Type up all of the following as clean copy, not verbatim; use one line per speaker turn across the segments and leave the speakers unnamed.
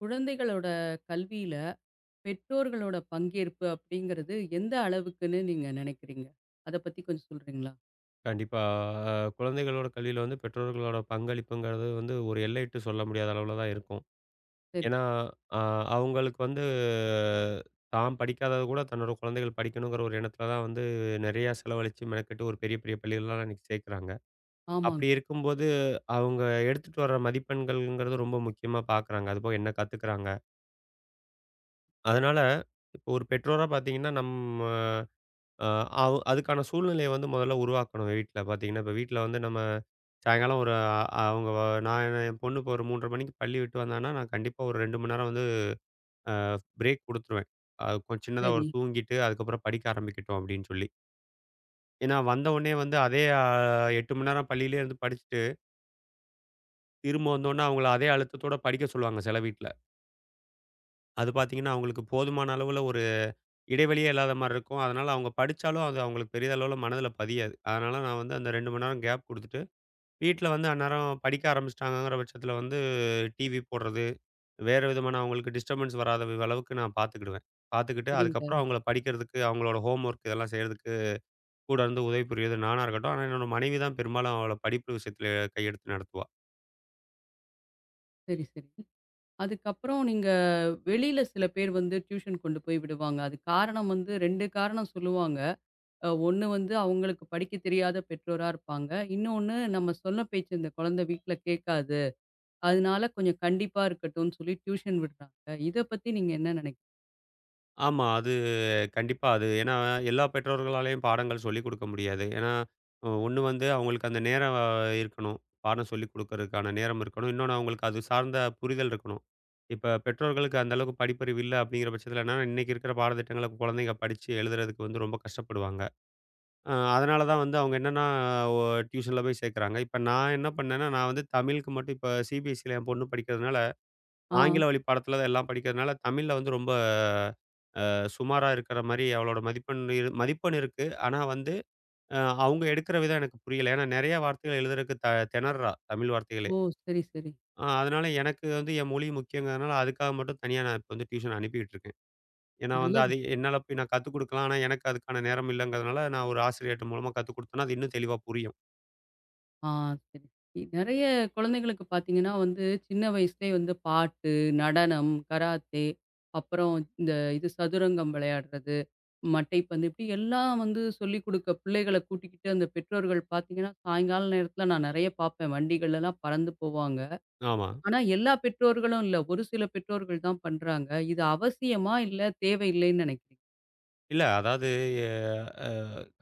குழந்தைகளோட கல்வியில பெற்றோர்களோட பங்கேற்பு அப்படிங்கிறது எந்த அளவுக்குன்னு நீங்க நினைக்கிறீங்க? அத பத்தி கொஞ்சம் சொல்றீங்களா?
கண்டிப்பா. அ குழந்தைகளோட கல்வியில வந்து பெற்றோர்களோட பங்களிப்புங்கிறது வந்து ஒரு எல்லையிட்டு சொல்ல முடியாத அளவுல தான் இருக்கும்.
சரி.
ஏன்னா, அ அவங்களுக்கு வந்து தான் படிக்காதத கூட தன்னோட குழந்தைகள் படிக்கணுங்கிற ஒரு எண்ணத்துல தான் வந்து நெறையா செலவழிச்சு மெனக்கெட்டு ஒரு பெரிய பெரிய பள்ளிகள்லாம் இன்னைக்கு சேர்க்குறாங்க. அப்படி
ஆமாங்க.
இருக்கும்போது அவங்க எடுத்துட்டு வர மதிப்பெண்கள்ங்கிறது ரொம்ப முக்கியமா பார்க்குறாங்க. அதுபோக என்ன கத்துக்குறாங்க. அதனால இப்போ ஒரு பெற்றோரா பார்த்தீங்கன்னா, நம்ம அ அவ் அதுக்கான சூழ்நிலைய வந்து முதல்ல உருவாக்கணும் வீட்ல. பார்த்தீங்கன்னா, இப்ப வீட்ல வந்து நம்ம சாயங்காலம் ஒரு அ அவங்க வ நான் என்ன- என் பொண்ணு இப்போ ஒரு 3:30 மணிக்கு பள்ளி விட்டு வந்தான்னா, நான் கண்டிப்பா ஒரு 2 மணி நேரம் வந்து அ பிரேக் குடுத்துருவேன். அ கொஞ் சின்னதா
சரி.
ஒரு தூங்கிட்டு, அதுக்கப்புறம் படிக்க ஆரம்பிக்கட்டும் அப்படின்னு சொல்லி. ஏன்னா, வந்த உடனே வந்து அதே 8 மணி நேரம் பள்ளியிலே இருந்து படிச்சுட்டு, திரும்ப வந்தோன்னே அவங்கள அதே அழுத்தத்தோட படிக்க சொல்லுவாங்க சில வீட்ல. அது பார்த்தீங்கன்னா, அவங்களுக்கு போதுமான அளவுல ஒரு இடைவெளியே இல்லாத மாரி இருக்கும். அதனால அவங்க படிச்சாலும் அது அவங்களுக்கு பெரிய அளவுல மனதில பதியாது. அதனால நான் வந்து அந்த 2 மணி நேரம் கேப் குடுத்துட்டு வீட்ல வந்து அந்நேரம் படிக்க ஆரம்பிச்சுட்டாங்கங்கிற பட்சத்தில வந்து டிவி போடுறது, வேறு விதமான அவங்களுக்கு டிஸ்டர்பன்ஸ் வராத அளவுக்கு நான் பார்த்துக்கிடுவேன். பார்த்துக்கிட்டு
சரிங்க.
அதுக்கப்புறம் அவங்கள படிக்கிறதுக்கு, அவங்களோட ஹோம் ஒர்க் இதெல்லாம் செய்றதுக்கு கூட இருந்து உதவி புரியிறது நானா இருக்கட்டும். ஆனா என்னோட மனைவி தான் பெரும்பாலும் அவள படிப்பு விஷயத்தில கையெடுத்து நடத்துவா.
சரி, சரி. அதுக்கப்புறம் நீங்க வெளியில சில பேர் வந்து டியூஷன் கொண்டு போய் விடுவாங்க. அது காரணம் வந்து 2 காரணம் சொல்லுவாங்க. ஒண்ணு வந்து அவங்களுக்கு படிக்க தெரியாத பெற்றோரா இருப்பாங்க. இன்னொன்னு நம்ம சொன்ன பேச்சு இந்த குழந்தை வீட்ல கேட்காது. அதனால கொஞ்சம் கண்டிப்பா இருக்கட்டும்னு சொல்லி டியூஷன் விடுறாங்க. இத பத்தி நீங்க என்ன நினைக்
ஆமா, அது கண்டிப்பா. அது ஏன்னா, எல்லா பெற்றோர்களாலயும் பாடங்கள் சொல்லிக் குடுக்க முடியாது. ஏன்னா, ஒண்ணு வந்து அவங்களுக்கு அந்த நேரம் இருக்கணும். பாடம் சொல்லிக் குடுக்கறதுக்கான நேரம் இருக்கணும். இன்னொன்னு அவங்களுக்கு அது சார்ந்த புரிதல் இருக்கணும். இப்ப பெற்றோர்களுக்கு அந்த அளவுக்கு படிப்பறிவு இல்ல அப்படிங்கிற பட்சத்தில என்னன்னா, இன்னைக்கு இருக்கிற பாடத்திட்டங்கள குழந்தைங்க படிச்சு எழுதுறதுக்கு வந்து ரொம்ப கஷ்டப்படுவாங்க. அதனால தான் வந்து அவங்க என்னன்னா, ஒ டியூஷன்ல போய் சேர்க்குறாங்க. இப்ப நான் என்ன பண்ணேன்னா, நான் வந்து தமிழுக்கு மட்டும் இப்ப சிபிஎஸ்சில என் பொண்ணு படிக்கிறதுனால,
ஆ.
ஆங்கில வழி பாடத்தில எல்லாம் படிக்கிறதுனால தமிழ்ல வந்து ரொம்ப சுமாரா இருக்கிற மாரி அவளோட மதிப்பெண் மதிப்பெண் இருக்கு. ஆனா வந்து அ அவங்க எடுக்கிற விதம் எனக்கு புரியல. ஏன்னா நெறைய வார்த்தைகள் எழுதுறதுக்கு திணர்றா தமிழ் வார்த்தைகளே.
ஓ! சரி, சரி.
அதனால எனக்கு வந்து என் மொழி முக்கியங்கிறதுனால அதுக்காக மட்டும் தனியா நான் இப்ப வந்து டியூஷன் அனுப்பிக்கிட்டு இருக்கேன். ஏன்னா
நல்ல
வந்து அது
விஷயம்.
என்னால போய் நான் கத்துக் குடுக்கலாம். ஆனா எனக்கு அதுக்கான நேரம் இல்லங்கிறதுனால நான் ஒரு ஆசிரியர்ட்ட மூலமா கத்துக் குடுத்தேன்னா அது இன்னும் தெளிவா புரியும்.
ஆ சரி. நெறைய குழந்தைகளுக்கு பார்த்தீங்கன்னா வந்து, சின்ன வயசுலயே வந்து பாட்டு, நடனம், கராத்தே, அப்புறம் இந்த இது சதுரங்கம் விளையாடுறது, மட்டைப்பந்து இப்படி எல்லாம் வந்து சொல்லிக் குடுக்க பிள்ளைகள கூட்டிக்கிட்டு அந்த பெற்றோர்கள் பார்த்தீங்கன்னா, சாயங்கால நேரத்தில நான் நெறைய பார்ப்பேன். வண்டிகள்லலாம் பறந்து போவாங்க.
ஆமா.
ஆனா எல்லா பெற்றோர்களும் இல்ல. ஒரு சில பெற்றோர்கள் தான் பண்றாங்க. இது அவசியமா? இல்ல தேவையில்லைன்னு நினைக்கிறீங்க?
இல்ல. அதாவது எ அ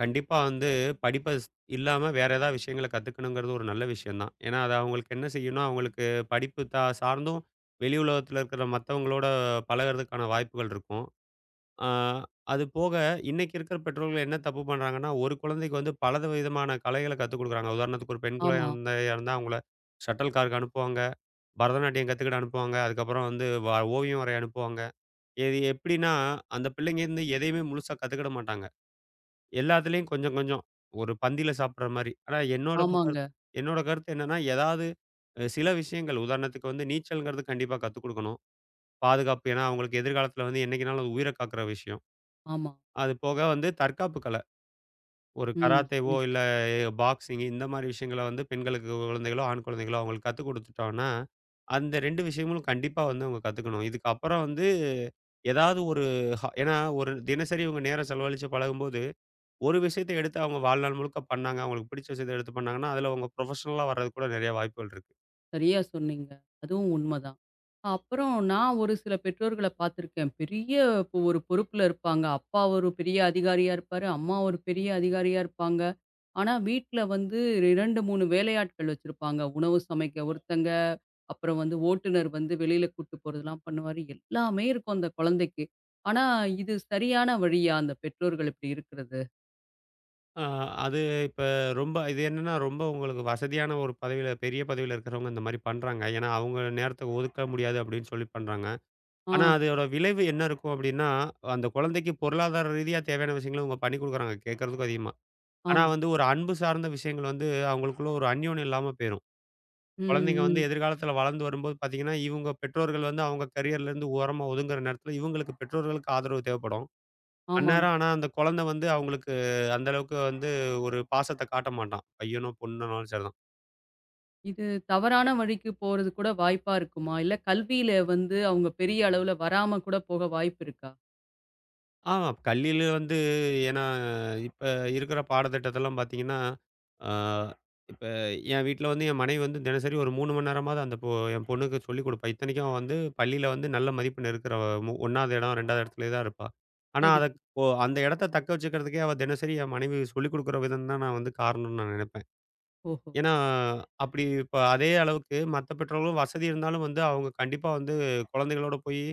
கண்டிப்பா வந்து படிப்ப இல்லாம வேற ஏதாவது விஷயங்கள கத்துக்கணுங்கிறது ஒரு நல்ல விஷயம் தான். ஏன்னா, அது அவங்களுக்கு என்ன செய்யும்னா, அவங்களுக்கு படிப்பு சார்ந்தும் வெளி உலகத்தில இருக்கிற மத்தவங்களோட பழகுறதுக்கான வாய்ப்புகள் இருக்கும். ஆ அது போக இன்னைக்கு இருக்கிற பெற்றோர்கள் என்ன தப்பு பண்றாங்கன்னா, ஒரு குழந்தைக்கு வந்து பலத விதமான கலைகள கத்துக் குடுக்குறாங்க. உதாரணத்துக்கு ஒரு பெண்
ஆமா.
குழந்தையா இருந்தா அவங்கள ஷட்டில் கார்க்கு அனுப்புவாங்க, பரதநாட்டியம் கத்துக்கிட அனுப்புவாங்க, அதுக்கப்புறம் வந்து ஓவியம் வரைய அனுப்புவாங்க. இது எப்படின்னா, அந்த பிள்ளைங்க வந்து எதையுமே முழுசா கத்துக்கிட மாட்டாங்க. எல்லாத்துலயும் கொஞ்சம், கொஞ்சம். ஒரு பந்தியில சாப்பிடுற மாரி. ஆனா
ஆமாங்க.
என்னோட கருத்து என்னன்னா, ஏதாவது சில விஷயங்கள் உதாரணத்துக்கு வந்து நீச்சல்ங்கிறது கண்டிப்பா கத்துக் குடுக்கணும். பாதுகாப்பு ஏன்னா, அவங்களுக்கு எதிர்காலத்துல வந்து என்னைக்குனாலும் உயிர காக்கிற விஷயம்.
ஆமா.
அது போக வந்து தற்காப்பு கலை. ஒரு
ம்.
கராத்தேவோ,
சரி,
இல்ல
சரி.
பாக்ஸிங் இந்த மாரி விஷயங்கள வந்து பெண்களுக்கு குழந்தைகளோ, ஆண் குழந்தைகளோ அவங்களுக்கு கத்துக் குடுத்துட்டோம்னா, அந்த 2 விஷயங்களும் கண்டிப்பா வந்து அவங்க கத்துக்கணும். இதுக்கப்புறம் வந்து ஏதாவது ஒரு ஏன்னா ஒரு தினசரி இவங்க நேரம் செலவழிச்சு பழகும்போது ஒரு விஷயத்த எடுத்து அவங்க வாழ்நாள் முழுக்க பண்ணாங்க. அவங்களுக்கு பிடிச்ச விஷயத்த எடுத்து பண்ணாங்கன்னா, அதில அவங்க ப்ரொஃபஷனலா வர்றதுக்கு கூட நெறைய வாய்ப்புகள் இருக்கு.
சரியா சொன்னீங்க. அதுவும் உண்மதான். அப்புறம் நான் ஒரு சில பெற்றோர்கள பார்த்துருக்கேன். பெரிய இப்போ ஒரு பொறுப்புல இருப்பாங்க. அப்பா ஒரு பெரிய அதிகாரியா இருப்பாரு. அம்மா ஒரு பெரிய அதிகாரியா இருப்பாங்க. ஆனா, வீட்ல வந்து 2, 3 வேலையாட்கள் வச்சிருப்பாங்க. உணவு சமைக்க ஒருத்தங்க, அப்புறம் வந்து ஓட்டுநர் வந்து வெளியில கூட்டு போறதெல்லாம் பண்ணுவாரு. எல்லாமே இருக்கும் அந்த குழந்தைக்கு. ஆனா, இது சரியான வழியா அந்த பெற்றோர்கள் இப்படி இருக்கிறது?
அ அது இப்ப ரொம்ப இது என்னன்னா, ரொம்ப உங்களுக்கு வசதியான ஒரு பதவியில பெரிய பதவியில இருக்கிறவங்க இந்த மாரி பண்றாங்க. ஏன்னா, அவங்க நேரத்த ஒதுக்க முடியாது அப்படின்னு சொல்லி பண்றாங்க.
ஆ,
ஆனா, அதோட விளைவு என்ன இருக்கும் அப்படின்னா, அந்த குழந்தைக்கு பொருளாதார ரீதியா தேவையான விஷயங்கள அவங்க பண்ணி குடுக்குறாங்க கேட்கறதுக்கும் அதிகமா. ஆனா
ஆமா.
வந்து ஒரு அன்பு சார்ந்த விஷயங்கள் வந்து அவங்களுக்குள்ள ஒரு அந்யோன்யம் இல்லாம போயிரும். குழந்தைங்க
ம்,
வந்து
ம்.
எதிர்காலத்துல வளர்ந்து வரும்போது பார்த்தீங்கன்னா, இவுங்க பெற்றோர்கள் வந்து அவங்க கரியர்ல இருந்து ஓரமா ஒதுங்குற நேரத்துல, இவுங்களுக்கு பெற்றோர்களுக்கு ஆதரவு தேவைப்படும்.
ஆமாங்க.
அந்நேரம் ஆனா அந்த குழந்தை வந்து அவங்களுக்கு அந்த அளவுக்கு வந்து ஒரு பாசத்த காட்ட மாட்டான். பையனோ, பொண்ணுனாலும் சரிதான்.
இது தவறான வழிக்கு போறது கூட வாய்ப்பா இருக்குமா? இல்ல கல்வியில வந்து அவங்க பெரிய அளவுல வராம கூட போக வாய்ப்பு இருக்கா?
ஆ கல்வியில வந்து ஏன்னா, இப்ப இருக்கிற பாடத்திட்டத்தெல்லாம் பார்த்தீங்கன்னா, ஆ இப்ப என் வீட்ல வந்து என் மனைவி வந்து தினசரி ஒரு 3 மணி நேரமாவது அந்த பொ என் பொண்ணுக்கு சொல்லிக் கொடுப்பா. இத்தனைக்கும் அவ வந்து பள்ளியில வந்து நல்ல மதிப்பெண் இருக்கிற 1வது இடம், 2வது இடத்துலயே தான் இருப்பா. ஆனா
சரி,
அத
சரி.
இப்போ அந்த இடத்த தக்க வச்சுக்கிறதுக்கே அவ தினசரி என் மனைவி சொல்லிக் கொடுக்குற விதம் தான் நான் வந்து காரணம்னு நான் நினைப்பேன்.
ஓஹோ!
ஏன்னா, அப்படி இப்ப அதே அளவுக்கு மத்த பெற்றோர்களும் வசதி இருந்தாலும் வந்து அவங்க கண்டிப்பா வந்து குழந்தைகளோட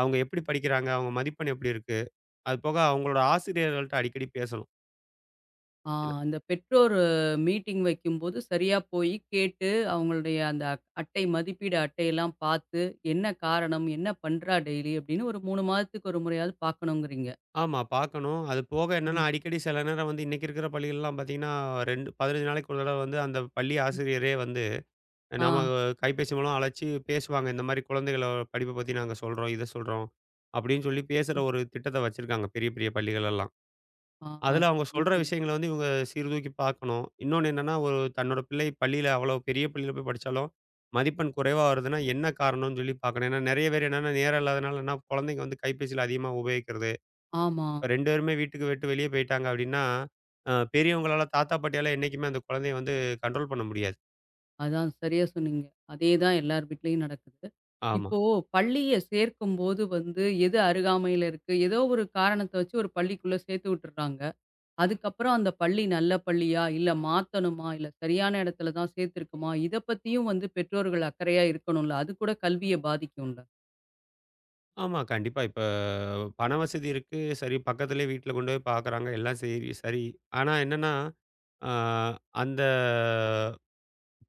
அவங்க எப்படி படிக்கிறாங்க? அவங்க மதிப்பெண் எப்படி இருக்கு? அது போக அவங்களோட ஆசிரியர்கள்ட்ட அடிக்கடி பேசணும்.
ஆ
என்ன
அந்த பெற்றோர் மீட்டிங் வைக்கும்போது சரியா போய் கேட்டு, அவங்களுடைய அந்த அட்டை மதிப்பீடு அட்டையெல்லாம் பார்த்து, என்ன காரணம்? என்ன பண்றா டெய்லி? அப்படின்னு ஒரு 3 மாதத்துக்கு ஒரு முறையாவது பார்க்கணுங்கிறீங்க.
ஆமா, பார்க்கணும். அது போக என்னன்னா,
ம்.
அடிக்கடி சில நேரம் வந்து இன்னைக்கு இருக்கிற பள்ளிகள்லாம் பார்த்தீங்கன்னா, 2 15 நாளைக்கு ஒரு தடவ வந்து அந்த பள்ளி ஆசிரியரே வந்து
ஆ.
நம்ம கைபேசி மூலம் அழைச்சு பேசுவாங்க. இந்த மாரி குழந்தைகள படிப்ப பத்தி நாங்க சொல்றோம், இத சொல்றோம். அப்படின்னு சொல்லி பேசுற
ம்.
ஒரு திட்டத்த வச்சிருக்காங்க பெரிய பெரிய பள்ளிகள் எல்லாம்.
ஆ. ஆ.
அதுல அவங்க
சரி,
சொல்ற
சொல்லுங்க.
விஷயங்கள வந்து இவங்க சீர்தூக்கி பார்க்கணும். இன்னொன்னு என்னன்னா, ஒரு தன்னோட பிள்ளை பள்ளியில அவ்வளவு பெரிய பள்ளியில போய் படிச்சாலும், மதிப்பெண் குறைவா வருதுன்னா என்ன காரணம்னு சொல்லி பார்க்கணும். ஏன்னா நெறைய பேர் என்னன்னா, நேரம் இல்லாதனால என்ன குழந்தைங்க வந்து கைபேசியில அதிகமா உபயோகிக்கிறது.
ஆமா.
இப்ப 2 பேருமே வீட்டுக்கு விட்டு வெளியே போயிட்டாங்க அப்டின்னா, பெரியவங்களால தாத்தா, பாட்டியால என்னைக்குமே அந்த குழந்தைய வந்து கண்ட்ரோல் பண்ண முடியாது.
அதான் சரியா சொன்னீங்க. அதேதான் எல்லார் வீட்லயும் நடக்குது.
ஆமா.
இப்போ பள்ளிய சேர்க்கும்போது வந்து எது அருகாமையில இருக்கு, ஏதோ ஒரு காரணத்த வச்சு ஒரு பள்ளிக்குள்ள சேர்த்து விட்டுர்றாங்க. அதுக்கப்புறம் அந்த பள்ளி நல்ல பள்ளியா, இல்ல மாத்தணுமா, இல்ல சரியான இடத்துல தான் சேர்த்துருக்குமா, இத பத்தியும் வந்து பெற்றோர்கள் அக்கறையா இருக்கணும்ல. அது கூட கல்விய பாதிக்கும்ல.
ஆமா, கண்டிப்பா. இப்ப பண வசதி இருக்கு. சரி, பக்கத்திலேயே வீட்ல கொண்டு போய் பார்க்குறாங்க. எல்லாம் சரி சரி. ஆனா என்னன்னா, அ அந்த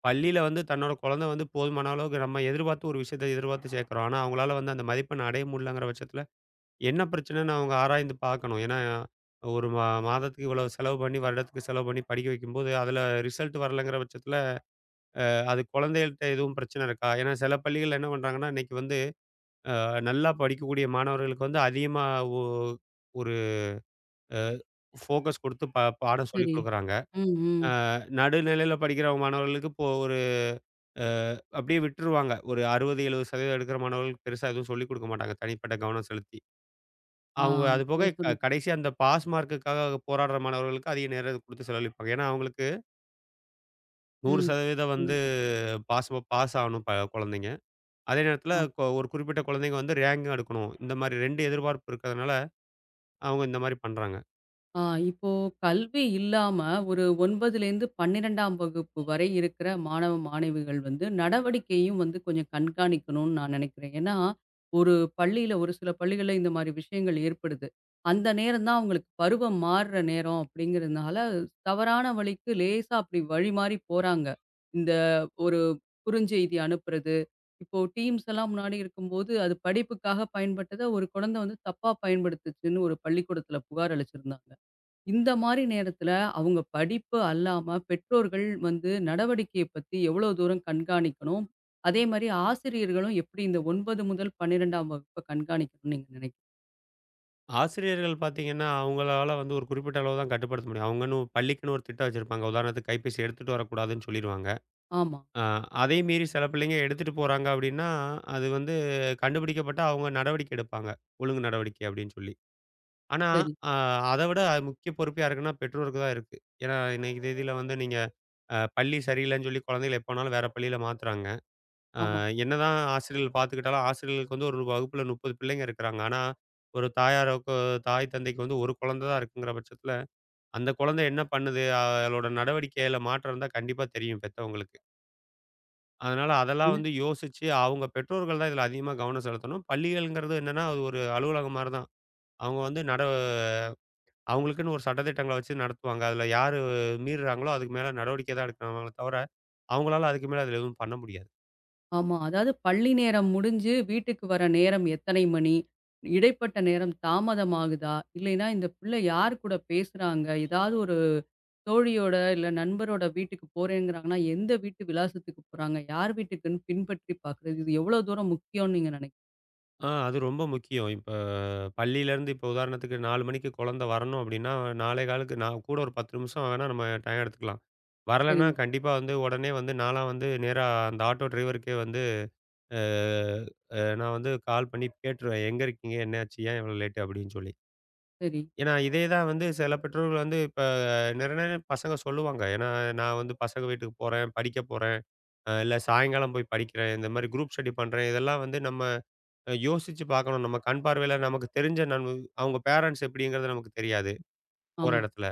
பள்ளியில வந்து தன்னோட குழந்தை வந்து போதுமான அளவுக்கு நம்ம எதிர்பார்த்து ஒரு விஷயத்த எதிர்பார்த்து சேர்க்கிறோம். ஆனா, அவங்களால வந்து அந்த மதிப்பெண் அடைய முடியலங்கிற பட்சத்தில, என்ன பிரச்சனைன்னு அவங்க ஆராய்ந்து பார்க்கணும். ஏன்னா, ஒரு மா மாதத்துக்கு இவ்வளவு செலவு பண்ணி, வருடத்துக்கு செலவு பண்ணி படிக்க வைக்கும்போது, அதில ரிசல்ட் வரலங்கிற பட்சத்தில, அது குழந்தைகள்ட்ட எதுவும் பிரச்சனை இருக்கா? ஏன்னா சில பள்ளிகள்ல என்ன பண்றாங்கன்னா, இன்னைக்கு வந்து நல்லா படிக்கக்கூடிய மாணவர்களுக்கு வந்து அதிகமா ஒ ஒரு அ ஃபோக்கஸ் குடுத்து பாடம் சொல்லிக்
சரி.
குடுக்குறாங்க.
ம், ம்.
அ நடுநிலையில படிக்கிற மாணவர்களுக்கு இப்போ அ அப்படியே விட்டுருவாங்க. ஒரு 60, 70% எடுக்கிற மாணவர்களுக்கு பெருசா எதுவும் சொல்லிக் குடுக்க மாட்டாங்க. தனிப்பட்ட கவனம் செலுத்தி.
ஆ,
அவங்க அது போக
நல்லா சொன்னீங்க.
கடைசியா அந்த பாஸ் மார்க்குக்காக போராடுற மாணவர்களுக்கு அதிக நேரம் குடுத்து செலவழிப்பாங்க. ஏன்னா, அவங்களுக்கு
ம்.
100% வந்து
சொல்லுங்க.
பாஸ் பாஸ் ஆகணும் குழந்தைங்க. அதே நேரத்தில ஒரு குறிப்பிட்ட குழந்தைங்க வந்து ரேங்கும் எடுக்கணும். இந்த மாரி 2 எதிர்பார்ப்பு இருக்கிறதுனால, அவங்க இந்த மாரி பண்றாங்க.
ஆ இப்போ கல்வி இல்லாம ஒரு 9லேருந்து 12ஆம் வகுப்பு வரை இருக்கிற மாணவ, மாணவிகள் வந்து நடவடிக்கையும் வந்து கொஞ்சம் கண்காணிக்கணும்னு நான் நினைக்கிறேன். ஏன்னா, ஒரு பள்ளியில ஒரு சில பள்ளிகள்ல இந்த மாரி விஷயங்கள் ஏற்படுது. அந்த நேரம் தான் அவங்களுக்கு பருவம் மாறுற நேரம் அப்படிங்கிறதுனால, தவறான வழிக்கு லேசா அப்படி வழி மாறி போறாங்க. இந்த ஒரு குறுஞ்செய்தி அனுப்புறது, இப்போ டீம்ஸ் எல்லாம் முன்னாடி இருக்கும்போது, அது படிப்புக்காக பயன்பட்டத ஒரு குழந்தை வந்து தப்பா பயன்படுத்துச்சுன்னு ஒரு பள்ளிக்கூடத்தில புகார் அளிச்சிருந்தாங்க. இந்த மாரி நேரத்துல, அவங்க படிப்பு அல்லாம பெற்றோர்கள் வந்து நடவடிக்கைய பத்தி எவ்வளோ தூரம் கண்காணிக்கணும்? அதே மாரி ஆசிரியர்களும் எப்படி இந்த 9 முதல் 12ஆம் வகுப்ப கண்காணிக்கணும்னு நீங்க நினைக்
ஆசிரியர்கள் பார்த்தீங்கன்னா, அவங்களால வந்து ஒரு குறிப்பிட்ட அளவு தான் கட்டுப்படுத்த முடியும். அவங்கன்னு பள்ளிக்குன்னு ஒரு திட்டம் வச்சிருப்பாங்க. உதாரணத்துக்கு கைபேசி எடுத்துட்டு வரக்கூடாதுன்னு சொல்லிருவாங்க.
ஆமா.
ஆ, அதை மீறி சில பிள்ளைங்க எடுத்துட்டு போறாங்க அப்படின்னா, அது வந்து கண்டுபிடிக்கப்பட்டா அவங்க நடவடிக்கை எடுப்பாங்க. ஒழுங்கு நடவடிக்கை அப்படின்னு சொல்லி. ஆனா,
சரி.
அ அத விட அது முக்கிய பொறுப்பு யாருக்குன்னா பெற்றோருக்கு தான் இருக்கு. ஏன்னா, இன்னைக்கு தேதியில வந்து நீங்க பள்ளி சரியில்லன்னு சொல்லி குழந்தைகள எப்ப வேணாலும் வேற பள்ளியில மாத்துறாங்க. அ
ஆமா.
என்னதான் ஆசிரியர்கள் பார்த்துக்கிட்டாலும், ஆசிரியர்களுக்கு வந்து ஒரு வகுப்புல 30 பிள்ளைங்க இருக்கிறாங்க. ஆனா, ஒரு தாயாருக்கு தாய் தந்தைக்கு வந்து 1 குழந்தை தான் இருக்குங்கிற பட்சத்தில, அந்த குழந்தை என்ன பண்ணுது? அதோட நடவடிக்கையில மாற்றம் இருந்தா கண்டிப்பா தெரியும் பெத்தவங்களுக்கு. அதனால அதெல்லாம்
என்ன?
வந்து யோசிச்சு, அவங்க பெற்றோர்கள் தான் இதுல அதிகமா கவனம் செலுத்தணும். பள்ளிகள்ங்கிறது என்னன்னா, அது ஒரு அலுவலகம் மாரி தான். அவங்க வந்து நட அவங்களுக்குன்னு ஒரு சட்டதிட்டங்கள வச்சு நடத்துவாங்க. அதுல யாரு மீறுறாங்களோ, அதுக்கு மேல நடவடிக்கை தான் எடுக்கணுமே தவிர, அவங்களால அதுக்கு மேல அதுல எதுவும் பண்ண முடியாது.
ஆமா. அதாவது பள்ளி நேரம் முடிஞ்சு வீட்டுக்கு வர நேரம் எத்தனை மணி? இடைப்பட்ட நேரம் தாமதமாகுதா? இல்லைன்னா இந்த பிள்ளை யார் கூட பேசுறாங்க? ஏதாவது தோழியோட இல்ல நண்பரோட வீட்டுக்கு போறேங்கிறாங்கன்னா, எந்த வீட்டு விலாசத்துக்கு போறாங்க? யார் வீட்டுக்குன்னு பின்பற்றி பார்க்குறது. இது எவ்ளோ தூரம் முக்கியம்னு நீங்க நினைக்
அது ரொம்ப முக்கியம். இப்ப பள்ளியிலேருந்து இப்ப உதாரணத்துக்கு 4 மணிக்கு குழந்தை வரணும் அப்டின்னா, நாலே காலுக்கு நான் கூட ஒரு 10 நிமிஷம் வேணா நம்ம டைம் எடுத்துக்கலாம். வரலன்னா,
சரிங்க.
கண்டிப்பா வந்து உடனே வந்து நான்லாம் வந்து நேரா அந்த ஆட்டோ டிரைவருக்கே வந்து அ அ நான் வந்து கால் பண்ணி கேட்டுருவேன். எங்க இருக்கீங்க? என்னாச்சு? ஏன் இவ்வளோ லேட்டு? அப்படின்னு சொல்லி.
சரி.
ஏன்னா இதே தான் வந்து சில பெற்றோர்கள் வந்து இப்ப நிறைய நேரம் பசங்க சொல்லுவாங்க. ஏன்னா நான் வந்து பசங்க வீட்டுக்கு போறேன், படிக்க போறேன், இல்ல சாயங்காலம் போய் படிக்கிறேன். இந்த மாரி குரூப் ஸ்டடி பண்றேன். இதெல்லாம் வந்து நம்ம யோசிச்சு பார்க்கணும். நம்ம கண் பார்வையில நமக்கு தெரிஞ்ச அவங்க பேரண்ட்ஸ் எப்படிங்கிறது நமக்கு தெரியாது போற
ஆமா.
இடத்துல.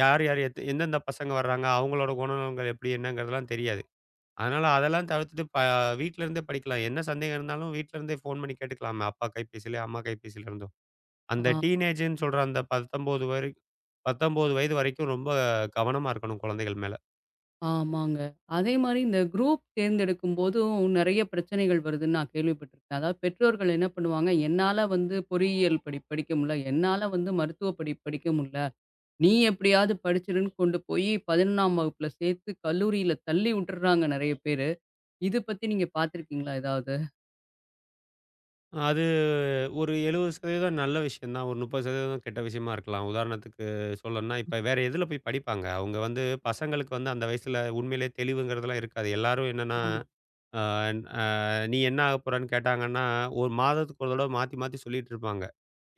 யார் யார் எந்தெந்த பசங்க வர்றாங்க? அவங்களோட குணநலன்கள் எப்படி? என்னங்கிறதெல்லாம் தெரியாது. அதனால அதெல்லாம் தவிர்த்துட்டு வீட்ல இருந்தே படிக்கலாம். என்ன சந்தேகம் இருந்தாலும் வீட்ல இருந்தே ஃபோன் பண்ணி கேட்டுக்கலாமே! அப்பா கைபேசியிலயோ, அம்மா கைபேசியில இருந்தோ. அந்த
ஆ
டீனேஜ்ன்னு சொல்ற அந்த 19 வரை 19 வயது வரைக்கும் ரொம்ப கவனமா இருக்கணும் குழந்தைகள் மேல.
ஆமாங்க. அதேமாரி இந்த குரூப் தேர்ந்தெடுக்கும்போதும் நெறைய பிரச்சனைகள் வருதுன்னு நான் கேள்விப்பட்டுருக்கேன். அதாவது பெற்றோர்கள் என்ன பண்ணுவாங்க, "என்னால வந்து பொறியியல் படிக்க முடில. என்னால வந்து மருத்துவ படிப்பு படிக்க முடில. நீ எப்படியாவது படிச்சிருன்னு" கொண்டு போய் 11ஆம் வகுப்புல சேர்த்து கல்லூரியில தள்ளி விட்டுர்றாங்க நெறைய பேரு. இது பத்தி நீங்க பார்த்துருக்கீங்களா ஏதாவது?
அது ஒரு 70% நல்ல விஷயம் தான். ஒரு 30% கெட்ட விஷயமா இருக்கலாம். உதாரணத்துக்கு சொல்லணும்னா, இப்ப வேற எதுல போய் படிப்பாங்க? அவங்க வந்து பசங்களுக்கு வந்து அந்த வயசுல உண்மையிலேயே தெளிவுங்கிறதெல்லாம் இருக்காது. எல்லாரும் என்னன்னா,
ஆமா.
அ அ "நீ என்ன ஆகப் போறன்னு" கேட்டாங்கன்னா, ஒரு மாதத்துக்கு ஒரு தடவ மாத்தி மாத்தி சொல்லிட்டு இருப்பாங்க.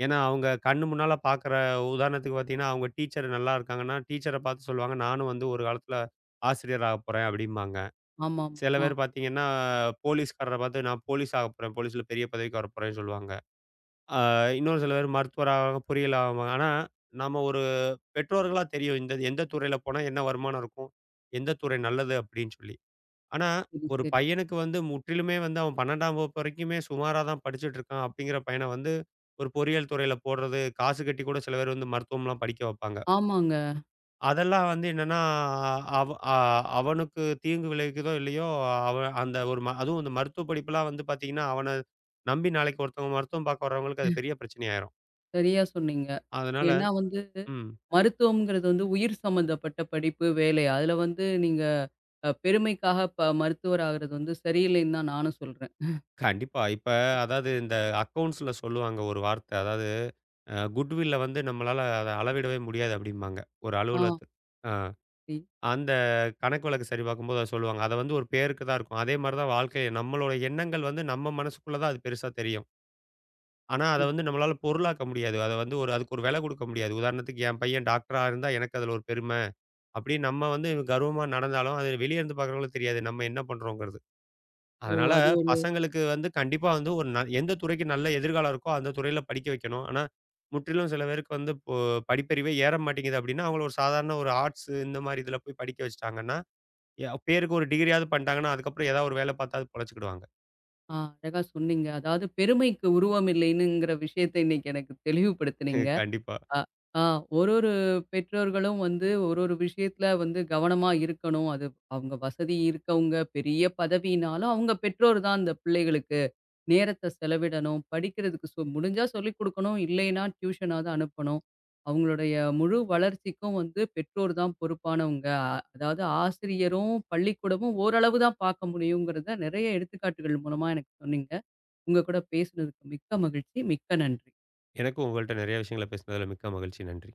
ஏன்னா, அவங்க கண்ணு முன்னால பார்க்குற உதாரணத்துக்கு பார்த்தீங்கன்னா, அவங்க டீச்சர் நல்லா இருக்காங்கன்னா, டீச்சர பார்த்து சொல்லுவாங்க, "நானும் வந்து ஒரு காலத்தில ஆசிரியர் ஆகப்போறேன்" அப்படிம்பாங்க.
ஆமாமா.
சில
ஆ.
பேர் பார்த்தீங்கன்னா, போலீஸ்காரர பார்த்து "நான் போலீஸ் ஆகப்போறேன். போலீஸ்ல பெரிய பதவிக்கு வரப்போறேன்னு" சொல்லுவாங்க. அ இன்னொரு சில பேர் மருத்துவர் ஆவாங்க, பொறியியல் ஆவாங்க. ஆனா, நம்ம ஒரு பெற்றோர்களா தெரியும், இந்த எந்த துறையில போனா என்ன வருமானம் இருக்கும்? எந்த துறை நல்லது? அப்படின்னு சொல்லி. ஆனா,
சரி,
ஒரு
சரி.
பையனுக்கு வந்து முற்றிலுமே வந்து அவன் 12ஆம் வகுப்பு வரைக்குமே சுமாரா தான் படிச்சுட்டு இருக்கான் அப்படிங்கிற பையன வந்து, ஒரு பொறியியல் துறையில போடுறது, காசு கட்டி கூட சில பேர் வந்து மருத்துவம்லாம் படிக்க வைப்பாங்க.
ஆமாங்க.
அதெல்லாம் வந்து என்னன்னா, அவ அ அவனுக்கு தீங்கு விளைவிக்குதோ இல்லையோ, அவன் அந்த ஒரு அதுவும் அந்த மருத்துவ படிப்புலாம் வந்து பார்த்தீங்கன்னா, அவன நம்பி நாளைக்கு ஒருத்தவங்க மருத்துவம் பார்க்க வர்றவங்களுக்கு அது பெரிய பிரச்சனையாயிரும்.
சரியா சொன்னீங்க.
அதனால
ஏன்னா வந்து
ம்.
மருத்துவம்ங்கிறது வந்து உயிர் சம்மந்தப்பட்ட படிப்பு, வேலை. அதுல வந்து நீங்க பெருமைக்காக மருத்துவர் ஆகுறது வந்து சரியில்லைன்னு தான் நானும் சொல்றேன்.
கண்டிப்பா. இப்ப அதாவது இந்த அக்கவுண்ட்ஸ்ல சொல்லுவாங்க ஒரு வார்த்தை. அதாவது குட்வில்ல வந்து நம்மளால அத அளவிடவே முடியாது அப்படிம்பாங்க. ஒரு
ஆ.
அலுவலகத்து ஆ
சரி,
அந்த கணக்கு வழக்கு சரி பார்க்கும்போது அத சொல்லுவாங்க. அத வந்து ஒரு பேருக்கு தான் இருக்கும். அதே மாரி தான் வாழ்க்கை நம்மளோட எண்ணங்கள் வந்து நம்ம மனசுக்குள்ள தான் அது பெருசா தெரியும். ஆனா அத
சரி.
வந்து நம்மளால பொருளாக்க முடியாது. அத வந்து ஒரு அதுக்கு ஒரு வெல குடுக்க முடியாது. உதாரணத்துக்கு என் பையன் டாக்டரா இருந்தா எனக்கு அதுல ஒரு பெருமை. அப்படின்னு நம்ம வந்து கர்வமா நடந்தாலும் அது வெளிய இருந்து பார்க்குறவங்களுக்கு தெரியாது. நம்ம என்ன பண்றோங்கிறது.
ஓ!
அதனால
அது ஒரு
பசங்களுக்கு வந்து கண்டிப்பா வந்து ஒரு எந்த துறைக்கு நல்ல எதிர்காலம் இருக்கோ, அந்த துறையில படிக்க வைக்கணும். ஆனா, முற்றிலும் சில பேருக்கு வந்து இப்போ படிப்பறிவே ஏற மாட்டேங்குது அப்படின்னா, அவங்கள ஒரு சாதாரண ஒரு ஆர்ட்ஸ் இந்த மாரி இதில போய் படிக்க வச்சுட்டாங்கன்னா, பேருக்கு ஒரு டிகிரியாவது பண்ட்டாங்கன்னா, அதுக்கப்புறம் ஏதாவது ஒரு வேலை பார்த்தாவது பொழச்சுக்கிடுவாங்க.
அழகா சொன்னீங்க. அதாவது பெருமைக்கு உருவம் இல்லைன்னுங்கிற விஷயத்த இன்னைக்கு எனக்கு தெளிவுபடுத்துனீங்க.
கண்டிப்பா.
அ ஆ ஒரு ஒரு பெற்றோர்களும் வந்து ஒரு ஒரு விஷயத்துல வந்து கவனமா இருக்கணும். அது அவங்க வசதி இருக்கவங்க, பெரிய பதவினாலும் அவங்க பெற்றோர் தான் அந்த பிள்ளைகளுக்கு. நேரத்த செலவிடணும். படிக்கிறதுக்கு முடிஞ்சா சொல்லிக் குடுக்கணும். இல்லைன்னா டியூஷனாவது அனுப்பணும். அவங்களுடைய முழு வளர்ச்சிக்கும் வந்து பெற்றோர் தான் பொறுப்பானவங்க. அதாவது ஆசிரியரும், பள்ளிக்கூடமும் ஓரளவு தான் பார்க்க முடியுங்கிறத நெறைய எடுத்துக்காட்டுகள் மூலமா எனக்கு சொன்னீங்க. உங்க கூட பேசுனதுக்கு மிக்க மகிழ்ச்சி. மிக்க நன்றி.
எனக்கும் உங்கள்ட்ட நெறைய விஷயங்கள பேசினதில மிக்க மகிழ்ச்சி. நன்றி.